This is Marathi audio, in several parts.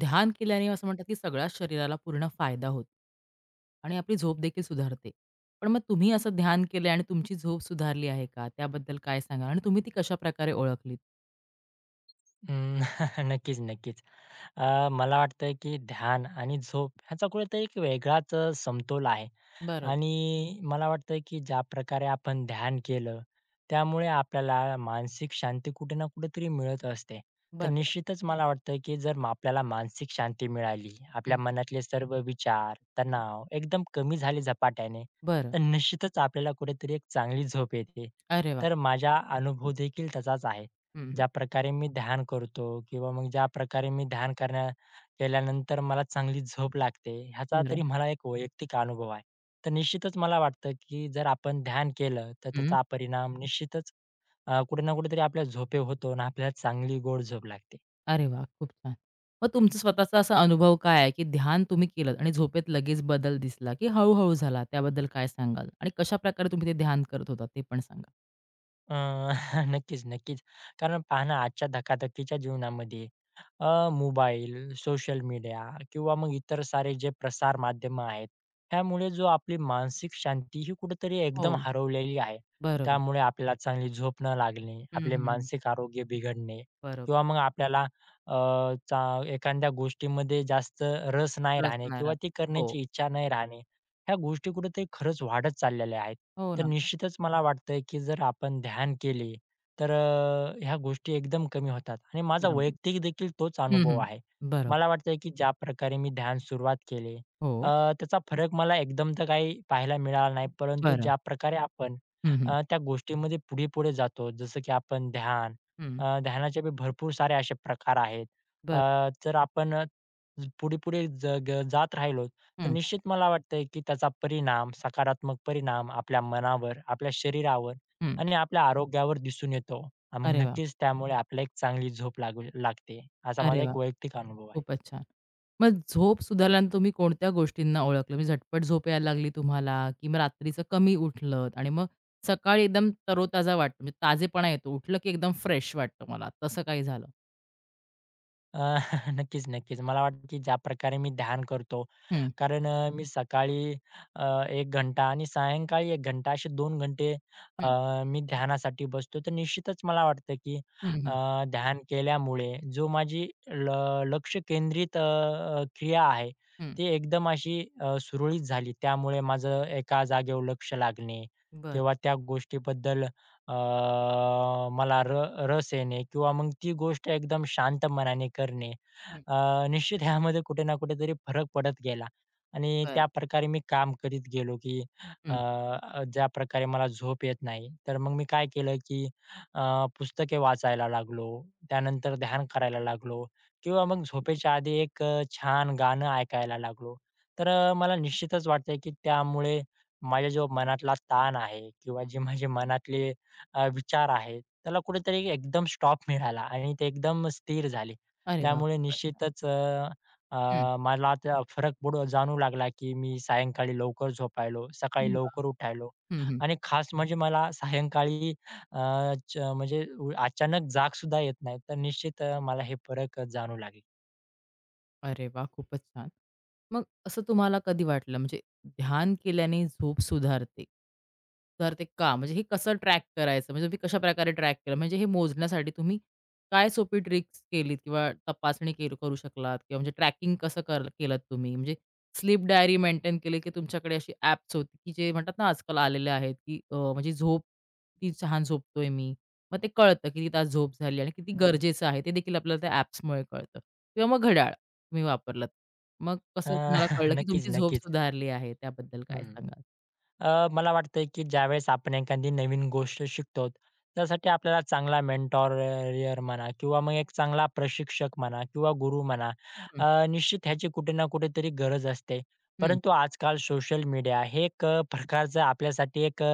ध्यान केल्याने असं म्हणतात, की सगळ्याच शरीराला पूर्ण फायदा होतो आणि आपली झोप देखील सुधारते. पण मग तुम्ही असं ध्यान केलंय आणि तुमची झोप सुधारली आहे का? त्याबद्दल काय सांगाल? आणि तुम्ही ती कशाप्रकारे ओळखलीत? अं, नक्कीच, नक्कीच. मला वाटतं की ध्यान आणि झोप ह्याचा कुठेतरी एक वेगळाच समतोल आहे बरोबर, आणि मला वाटतं की ज्या प्रकारे आपण ध्यान केलं, त्यामुळे आपल्याला मानसिक शांती कुठे ना कुठेतरी मिळत असते. तर बरोबर. निश्चितच मला वाटतं की आपल्याला मानसिक शांती मिळाली, आपल्या हं, मनातले सर्व विचार, हं. तणाव एकदम कमी झाले झपाट्याने, बरं. तर निश्चितच आपल्याला कुठेतरी एक चांगली झोप येते. अरे वाह! तर माझा अनुभव देखील तसाच आहे. हं, हं. ज्या प्रकारे मी ध्यान करतो किंवा मग ज्या प्रकारे मी ध्यान करण्या केल्यानंतर मला चांगली झोप लागते, ह्याचा बरं. तरी मला एक वैयक्तिक अनुभव आहे. तर निश्चितच मला वाटतं, की जर आपण ध्यान केलं, तर हं. त्याचा परिणाम निश्चितच कुठे ना कुठेतरी आपल्या झोपेवर होतो आणि आपल्याला चांगली गोड झोप लागते. अरे वाह! खूप छान. मग तुमचा स्वतःचा असा अनुभव काय आहे, की ध्यान तुम्ही केलत आणि झोपेत लगेच बदल दिसला, की हळू झाला? त्याबद्दल काय सांगाल? आणि कशाप्रकारे तुम्ही ते ध्यान करत होता ते पण सांगा? अ, नक्कीच, नक्कीच. कारण पहा ना, आजच्या धकाधकीच्या जीवनामध्ये मोबाईल, सोशल मीडिया किंवा मग इतर सारे जे प्रसार माध्यमं आहेत, त्यामुळे जो आपली मानसिक शांती ही कुठेतरी एकदम हो. हरवलेली आहे. बरोबर. त्यामुळे आपल्याला चांगली झोप न लागणे, हं, आपले हं, हं. मानसिक आरोग्य बिघडणे बरोबर. किंवा मग आपल्याला अ, चा एखाद्या गोष्टीमध्ये जास्त रस नाही रस राहणे नाही किंवा राहत. ती हो, करण्याची इच्छा नाही राहणे. ह्या गोष्टी कुठेतरी खरंच वाढत चाललेल्या आहेत. हो तर ना. निश्चितच मला वाटतंय, की जर आपण ध्यान केले, तर ह्या गोष्टी एकदम कमी होतात आणि माझा बरोबर. वैयक्तिक देखील तोच हं, अनुभव हं. आहे. बरोबर. मला वाटतंय, की ज्या प्रकारे मी ध्यान सुरुवात केले, हो, अ, त्याचा फरक मला एकदम तर काही पाहायला मिळाला नाही. परंतु बरं. ज्या प्रकारे आपण हं, हं. त्या गोष्टीमध्ये पुढे-पुढे जातो, जसं की आपण हं. ध्यानाचे बी भरपूर सारे असे प्रकार आहेत. अ, बरं. जर आपण पुढे-पुढे ज ग जात राहिलो, तर हं, निश्चित मला वाटतंय, की त्याचा परिणाम, सकारात्मक परिणाम आपल्या मनावर, आपल्या शरीरावर हं. आणि आपल्या आरोग्यावर दिसून येतो. मग अरे वाह! नक्कीच त्यामुळे आपल्याला एक चांगली झोप लागू लागते. असा अरे माझा वाह! एक वैयक्तिक अनुभव आहे. खूपच छान. मग झोप सुधारल्यानंतर तुम्ही कोणत्या गोष्टींना ओळखलं? म्हणजे झटपट झोप यायला लागली तुम्हाला की मग रात्रीचं कमी उठलत आणि मग सकाळी एकदम तरोताजा वाटतो, म्हणजे ताजेपणा येतो. उठलं की एकदम फ्रेश वाटतं मला, तसं काही झालं? अ, नक्कीच, नक्कीच. मला वाटतं की ज्या प्रकारे मी ध्यान करतो, हं, कारण मी सकाळी 1 घंटा आणि सायंकाळी 1 घंटा असे 2 घंटे हं. अ, मी ध्यानासाठी बसतो. तर निश्चितच मला वाटतं की हं, अ, हं. ध्यान केल्यामुळे जो माझी लक्ष केंद्रित अ, अ, क्रिया आहे, हं. ती एकदम अशी सुरळीत झाली. त्यामुळे माझं एका जागेवर लक्ष लागणे बरं. किंवा त्या गोष्टीबद्दल अ, मला रस येणे किंवा मग ती गोष्ट एकदम शांत मनाने करणे. हं. अ, निश्चित ह्यामध्ये कुठे ना कुठेतरी फरक पडत गेला आणि बरं. त्याप्रकारे मी काम करीत गेलो, की अ, हं. अ, ज्याप्रकारे मला झोप येत नाही, तर मग मी काय केलं, की अ, पुस्तके वाचायला लागलो, त्यानंतर ध्यान करायला लागलो किंवा मग झोपेच्या आधी एक छान गाणं ऐकायला लागलो. तर मला निश्चितच वाटतंय, की त्यामुळे माझ्या जो मनातला ताण आहे किंवा जे माझे मनातले विचार आहेत, त्याला कुठेतरी एकदम स्टॉप मिळाला आणि ते एकदम स्थिर झाले. अरे वाह! त्यामुळे खूपच. निश्चितच अ, अ, हं. मला त्या फरक पुढं जाणवू लागला, की मी सायंकाळी लवकर झोपायलो, अरे सकाळी वाह! लवकर उठायलो हं, हं. आणि खास म्हणजे मला सायंकाळी अ, अचानक जाग सुद्धा येत नाही. तर निश्चित मला हे फरक जाणवू लागले. अरे वाह! खूपच छान. मग असं तुम्हाला कधी वाटलं म्हणजे ध्यान केल्याने झोप सुधारते. सुधारते का? म्हणजे हे कसं ट्रॅक करायचं? म्हणजे तुम्ही कशाप्रकारे ट्रॅक केलं? म्हणजे हे मोजण्यासाठी तुम्ही काय सोपी ट्रिक्स केलीत किंवा तपासणी केली करू शकलात किंवा म्हणजे ट्रॅकिंग कसं कर केलत तुम्ही? म्हणजे स्लीप डायरी मेंटेन केली की तुमच्याकडे अशी ॲप्स होती की जे म्हणतात ना आजकाल आलेले आहेत की म्हणजे झोप किती छान झोपतोय मी. मग ते कळतं किती तास झोप झाली आणि किती हं, गरजेचं आहे ते देखील आपल्याला त्या ॲप्समुळे कळतं किंवा मग घड्याळ. तुम्ही वापरलात. मग अ, कसं तुम्हाला कळलं, की नक्कीच, तुमची झोप नक्कीच. सुधारली आहे? त्याबद्दल हं. काय सांगाल? मला वाटतंय की ज्यावेळेस आपण एखादी नवीन गोष्ट शिकतो, त्यासाठी आपल्याला चांगला मेंटॉर म्हणा किंवा मग एक चांगला प्रशिक्षक म्हणा किंवा गुरु म्हणा, हं, निश्चित ह्याची कुठे ना कुठेतरी गरज असते. हं, परंतु आजकाल सोशल मीडिया हे एक प्रकारचं आपल्यासाठी एक अ,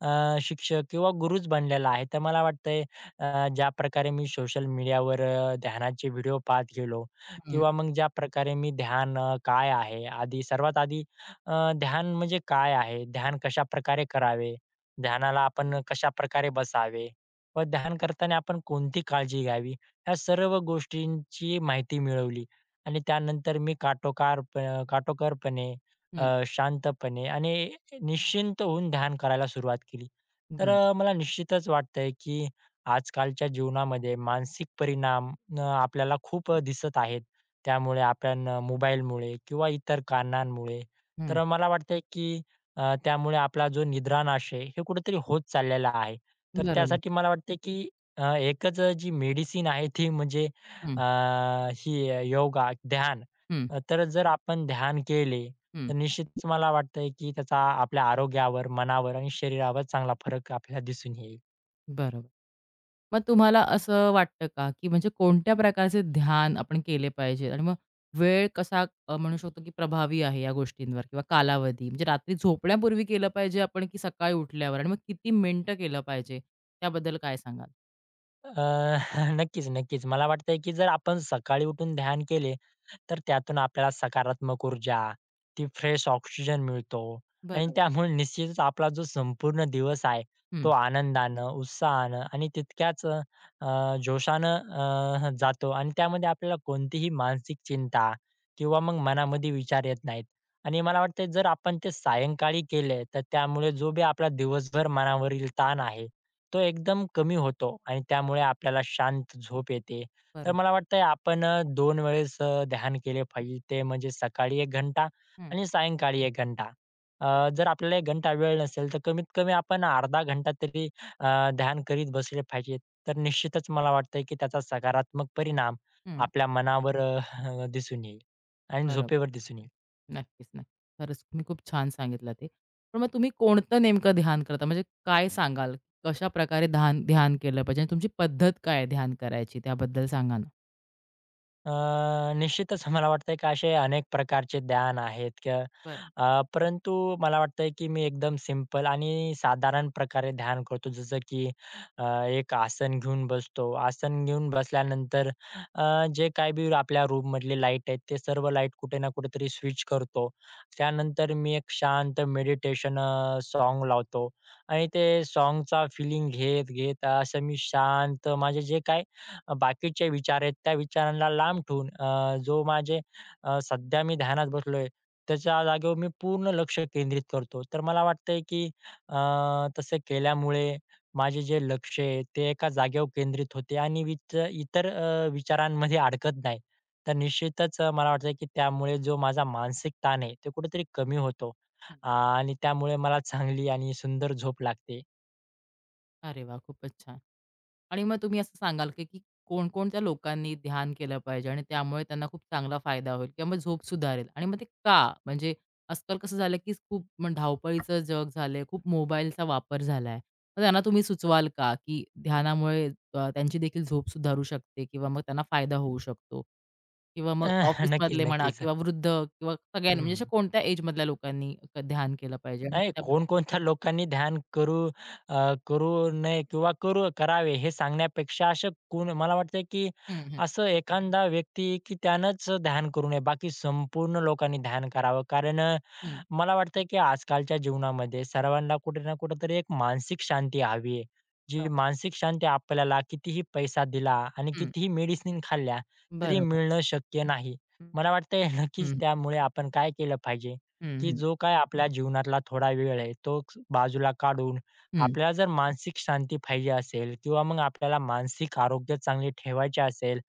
अ, शिक्षक किंवा गुरुच बनलेला आहे. तर मला वाटतंय ज्या प्रकारे मी सोशल मीडियावर ध्यानाचे व्हिडिओ पाहत गेलो हं, किंवा मग ज्या प्रकारे मी ध्यान अ, काय आहे, आधी सर्वात आधी ध्यान म्हणजे काय आहे? ध्यान कशाप्रकारे करावे? ध्यानाला आपण कशाप्रकारे बसावे? व ध्यान करताना आपण कोणती काळजी घ्यावी? ह्या सर्व गोष्टींची माहिती मिळवली आणि त्यानंतर मी काटोकोरपणे हं. शांतपणे आणि निश्चिंत होऊन ध्यान करायला सुरुवात केली. तर बरं. मला निश्चितच वाटतंय, की आजकालच्या जीवनामध्ये मानसिक परिणाम आपल्याला खूप दिसत आहेत. त्यामुळे आपण मोबाईलमुळे किंवा इतर कारणांमुळे हं. तर मला वाटतंय की त्यामुळे आपला जो निद्रानाश आहे, हे कुठेतरी होत चाललेला आहे. तर बरोबर. त्यासाठी मला वाटतंय की एकच जी मेडिसिन आहे ती म्हणजे हं, अ, ही योगा, ध्यान. हं, तर जर आपण ध्यान केले, हं. तर निश्चितच मला वाटतंय की त्याचा आपल्या आरोग्यावर, मनावर आणि शरीरावर चांगला फरक आपल्याला दिसून येईल. बरोबर. मग तुम्हाला असं वाटतं का, की म्हणजे कोणत्या प्रकारचे ध्यान आपण केले पाहिजे आणि मग वेळ कसा म्हणू शकतो, की प्रभावी आहे या गोष्टींवर किंवा कालावधी? म्हणजे रात्री झोपण्यापूर्वी केलं पाहिजे आपण, की सकाळी उठल्यावर? आणि मग किती मिनिटं केलं पाहिजे? त्याबद्दल काय सांगाल? अ, नक्कीच, नक्कीच. मला वाटतंय की जर आपण सकाळी उठून ध्यान केले तर त्यातून आपल्याला सकारात्मक ऊर्जा, ती फ्रेश ऑक्सिजन मिळतो आणि बरोबर. त्यामुळे निश्चितच आपला जो संपूर्ण दिवस आहे, तो हं. आनंदानं, उत्साहानं आणि तितक्याच जोशानं जातो आणि त्यामध्ये आपल्याला कोणतीही मानसिक चिंता किंवा मग मनामध्ये विचार येत नाहीत. आणि मला वाटतंय जर आपण ते सायंकाळी केले, तर त्यामुळे जो बी आपला दिवसभर मनावरील ताण आहे, तो एकदम कमी होतो आणि त्यामुळे आपल्याला शांत झोप येते. तर बरोबर. मला वाटतंय आपण 2 वेळेस ध्यान केले पाहिजे. ते म्हणजे सकाळी 1 घंटा हं. आणि सायंकाळी 1 घंटा. जर आपल्याला 1 घंटा वेळ नसेल, तर कमीत कमी आपण अर्धा घंटा तरी ध्यान करीत बसले पाहिजे. तर निश्चितच मला वाटतंय, की त्याचा सकारात्मक परिणाम हं. आपल्या मनावर अ, दिसून येईल आणि बरोबर. झोपेवर दिसून येईल. नक्कीच, नक्की. खरंच तुम्ही खूप छान सांगितलं ते. पण मग तुम्ही कोणतं नेमकं ध्यान करता? म्हणजे काय सांगाल? कशाप्रकारे ध्यान ध्यान केलं पाहिजे आणि तुमची पद्धत काय आहे ध्यान करायची? त्याबद्दल सांगा ना? अ, निश्चितच मला वाटतंय की असे अनेक प्रकारचे ध्यान आहेत बरं. परंतु मला वाटतंय की मी एकदम सिंपल आणि साधारण प्रकारे ध्यान करतो. जसं की एक आसन घेऊन बसतो. आसन घेऊन बसल्यानंतर जे काही बी आपल्या रूममधले लाईट आहेत, ते सर्व लाईट कुठे ना कुठेतरी स्विच करतो. त्यानंतर मी एक शांत मेडिटेशन सॉन्ग लावतो आणि ते सॉन्गचा फीलिंग घेत असं मी शांत माझे जे काही बाकीचे विचार आहेत, त्या विचारांना लांब ठेवून अ, जो माझे अ, सध्या मी ध्यानात बसलोय, त्याच्या जागेवर मी पूर्ण लक्ष केंद्रित करतो. तर मला वाटतंय की अ, तसं केल्यामुळे माझे जे लक्ष आहे, ते एका जागेवर केंद्रित होते आणि इतर विचारांमध्ये अडकत नाही. तर निश्चितच मला वाटतं की त्यामुळे जो माझा मानसिक ताण आहे, तो कुठेतरी कमी होतो हं. आ, आणि त्यामुळे मला चांगली आणि सुंदर झोप लागते. अरे वाह! खूपच छान. आणि मग तुम्ही असं सांगाल की की कोणकोणत्या लोकांनी ध्यान केलं पाहिजे आणि त्यामुळे त्यांना खूप चांगला फायदा होईल किंवा मग झोप सुधारेल आणि मग ते का? म्हणजे आजकाल कसं झालं की खूप मग धावपळीचं जग झालंय, खूप मोबाईलचा वापर झालाय. मग त्यांना तुम्ही सुचवाल का की ध्यानामुळे त्यांची देखील झोप सुधारू शकते किंवा मग त्यांना फायदा होऊ शकतो? किंवा मग नक्कीच, ऑफिसमधले म्हणा नक्कीच. किंवा वृद्ध किंवा सगळ्यांनी म्हणजे हं, अशा कोणत्या एजमधल्या लोकांनी क ध्यान केलं पाहिजे आणि नाही, त्याबद्दल? कोणकोणत्या लोकांनी ध्यान करू अ, करू नये किंवा करू करावे हे सांगण्यापेक्षा असं कोण मला वाटतंय, की हं, हं, असं एखादा व्यक्ती की त्यानंच ध्यान करू नये. बाकी संपूर्ण लोकांनी ध्यान करावं. कारण हं. मला वाटतं, की आजकालच्या जीवनामध्ये सर्वांना कुठे ना कुठेतरी एक मानसिक शांती हवी आहे. जी बरोबर. मानसिक शांती आपल्याला कितीही पैसा दिला आणि हं, कितीही मेडिसिन खाल्ल्या तरी बरोबर. मिळणं शक्य नाही. हं, मला वाटतंय नक्कीच हं, त्यामुळे आपण काय केलं पाहिजे, की हं, जो काय आपल्या जीवनातला थोडा वेळ आहे, तो बाजूला काढून हं. आपल्याला जर मानसिक शांती पाहिजे असेल किंवा मग आपल्याला मानसिक आरोग्य चांगले ठेवायचे असेल,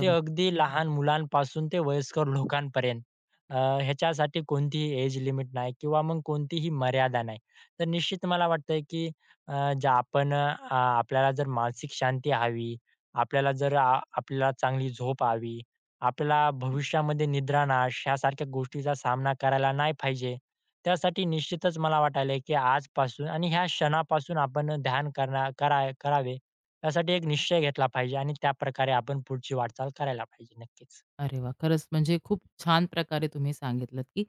ते अगदी लहान मुलांपासून ते वयस्कर लोकांपर्यंत अ, ह्याच्यासाठी कोणतीही एज लिमिट नाही किंवा मग कोणतीही मर्यादा नाही. तर निश्चित मला वाटतंय की अ, जे आपण अ, आपल्याला जर मानसिक शांती हवी, आपल्याला जर आ आपल्याला चांगली झोप हवी. आपल्याला भविष्यामध्ये निद्रानाश ह्यासारख्या गोष्टीचा सामना करायला नाही पाहिजे. त्यासाठी निश्चितच मला वाटायलंय, की आजपासून आणि ह्या क्षणापासून आपण ध्यान करणार कराय करावे. यासाठी एक निश्चय घेतला पाहिजे आणि त्याप्रकारे आपण पुढची वाटचाल करायला पाहिजे. नक्कीच. अरे वा खरंच म्हणजे खूप छान प्रकारे तुम्ही सांगितलत, की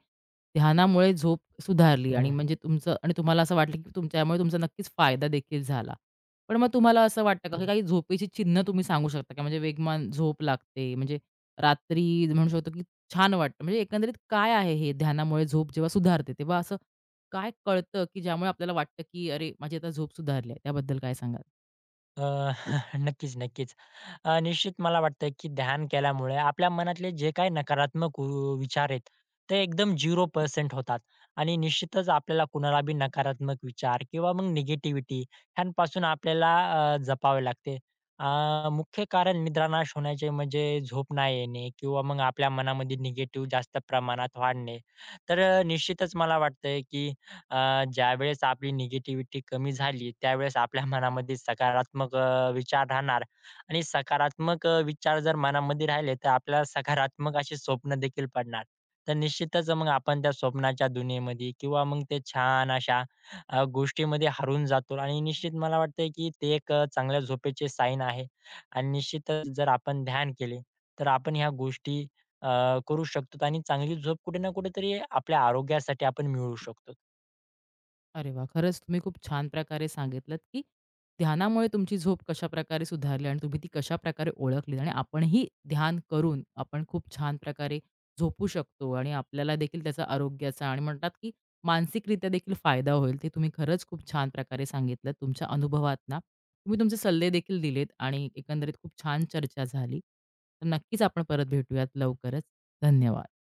ध्यानामुळे झोप सुधारली आणि हं. म्हणजे तुमचं आणि तुम्हाला असं वाटलं, की तुमच्यामुळे तुमचा नक्कीच फायदा देखील झाला. पण मग तुम्हाला असं वाटतं का, की काही झोपेची चिन्ह तुम्ही सांगू शकता का? म्हणजे वेगवान झोप लागते, म्हणजे रात्री म्हणू शकतो, की छान वाटतं. म्हणजे एकंदरीत काय आहे हे ध्यानामुळे झोप जेव्हा सुधारते, तेव्हा असं काय कळतं, की ज्यामुळे आपल्याला वाटतं, की अरे माझी आता झोप सुधारली आहे? त्याबद्दल काय सांगाल? अ, नक्कीच, नक्कीच. निश्चित मला वाटतं, की ध्यान केल्यामुळे आपल्या मनातले जे काही नकारात्मक व विचार आहेत, ते एकदम 0% होतात आणि निश्चितच आपल्याला कुणाला बी नकारात्मक विचार किंवा मग निगेटिव्हिटी ह्यांपासून आपल्याला जपावे लागते. मुख्य कारण निद्रानाश होण्याचे म्हणजे झोप नाही येणे किंवा मग आपल्या मनामध्ये निगेटिव्ह जास्त प्रमाणात वाढणे. तर निश्चितच मला वाटतंय, की ज्यावेळेस आपली निगेटिव्हिटी कमी झाली, त्यावेळेस आपल्या मनामध्ये सकारात्मक विचार राहणार आणि सकारात्मक विचार जर मनामध्ये राहिले, तर आपल्याला सकारात्मक अशी स्वप्न देखील पडणार. तर निश्चितच मग आपण त्या स्वप्नाच्या दुनियेमध्ये किंवा मग ते छान अशा गोष्टीमध्ये हरवून जातो आणि निश्चित मला वाटतंय की ते एक चांगल्या झोपेचे साईन आहे आणि निश्चितच जर आपण ध्यान केले, तर आपण ह्या गोष्टी अ, करू शकतो आणि चांगली झोप कुठे ना कुठेतरी आपल्या आरोग्यासाठी आपण मिळवू शकतो. अरे वाह! खरंच तुम्ही खूप छान प्रकारे सांगितलत, की ध्यानामुळे तुमची झोप कशाप्रकारे सुधारली आणि तुम्ही ती कशाप्रकारे ओळखली आणि आपणही ध्यान करून आपण खूप छान प्रकारे झोपू शकतो आणि आपल्याला देखील त्याचा आरोग्याचा आणि म्हणतात, की मानसिकरित्या देखील फायदा होईल. ते तुम्ही खरंच खूप छान प्रकारे सांगितलं. तुमच्या अनुभवातना तुम्ही तुमचे सल्ले देखील दिलेत आणि एकंदरीत खूप छान चर्चा झाली. तर नक्कीच आपण परत भेटूयात लवकरच. धन्यवाद.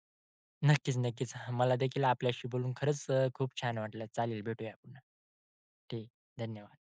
नक्कीच, नक्कीच. मला देखील आपल्याशी बोलून खरंच खूप छान वाटलं. चालेल, भेटूया पुन्हा. ठीक. धन्यवाद.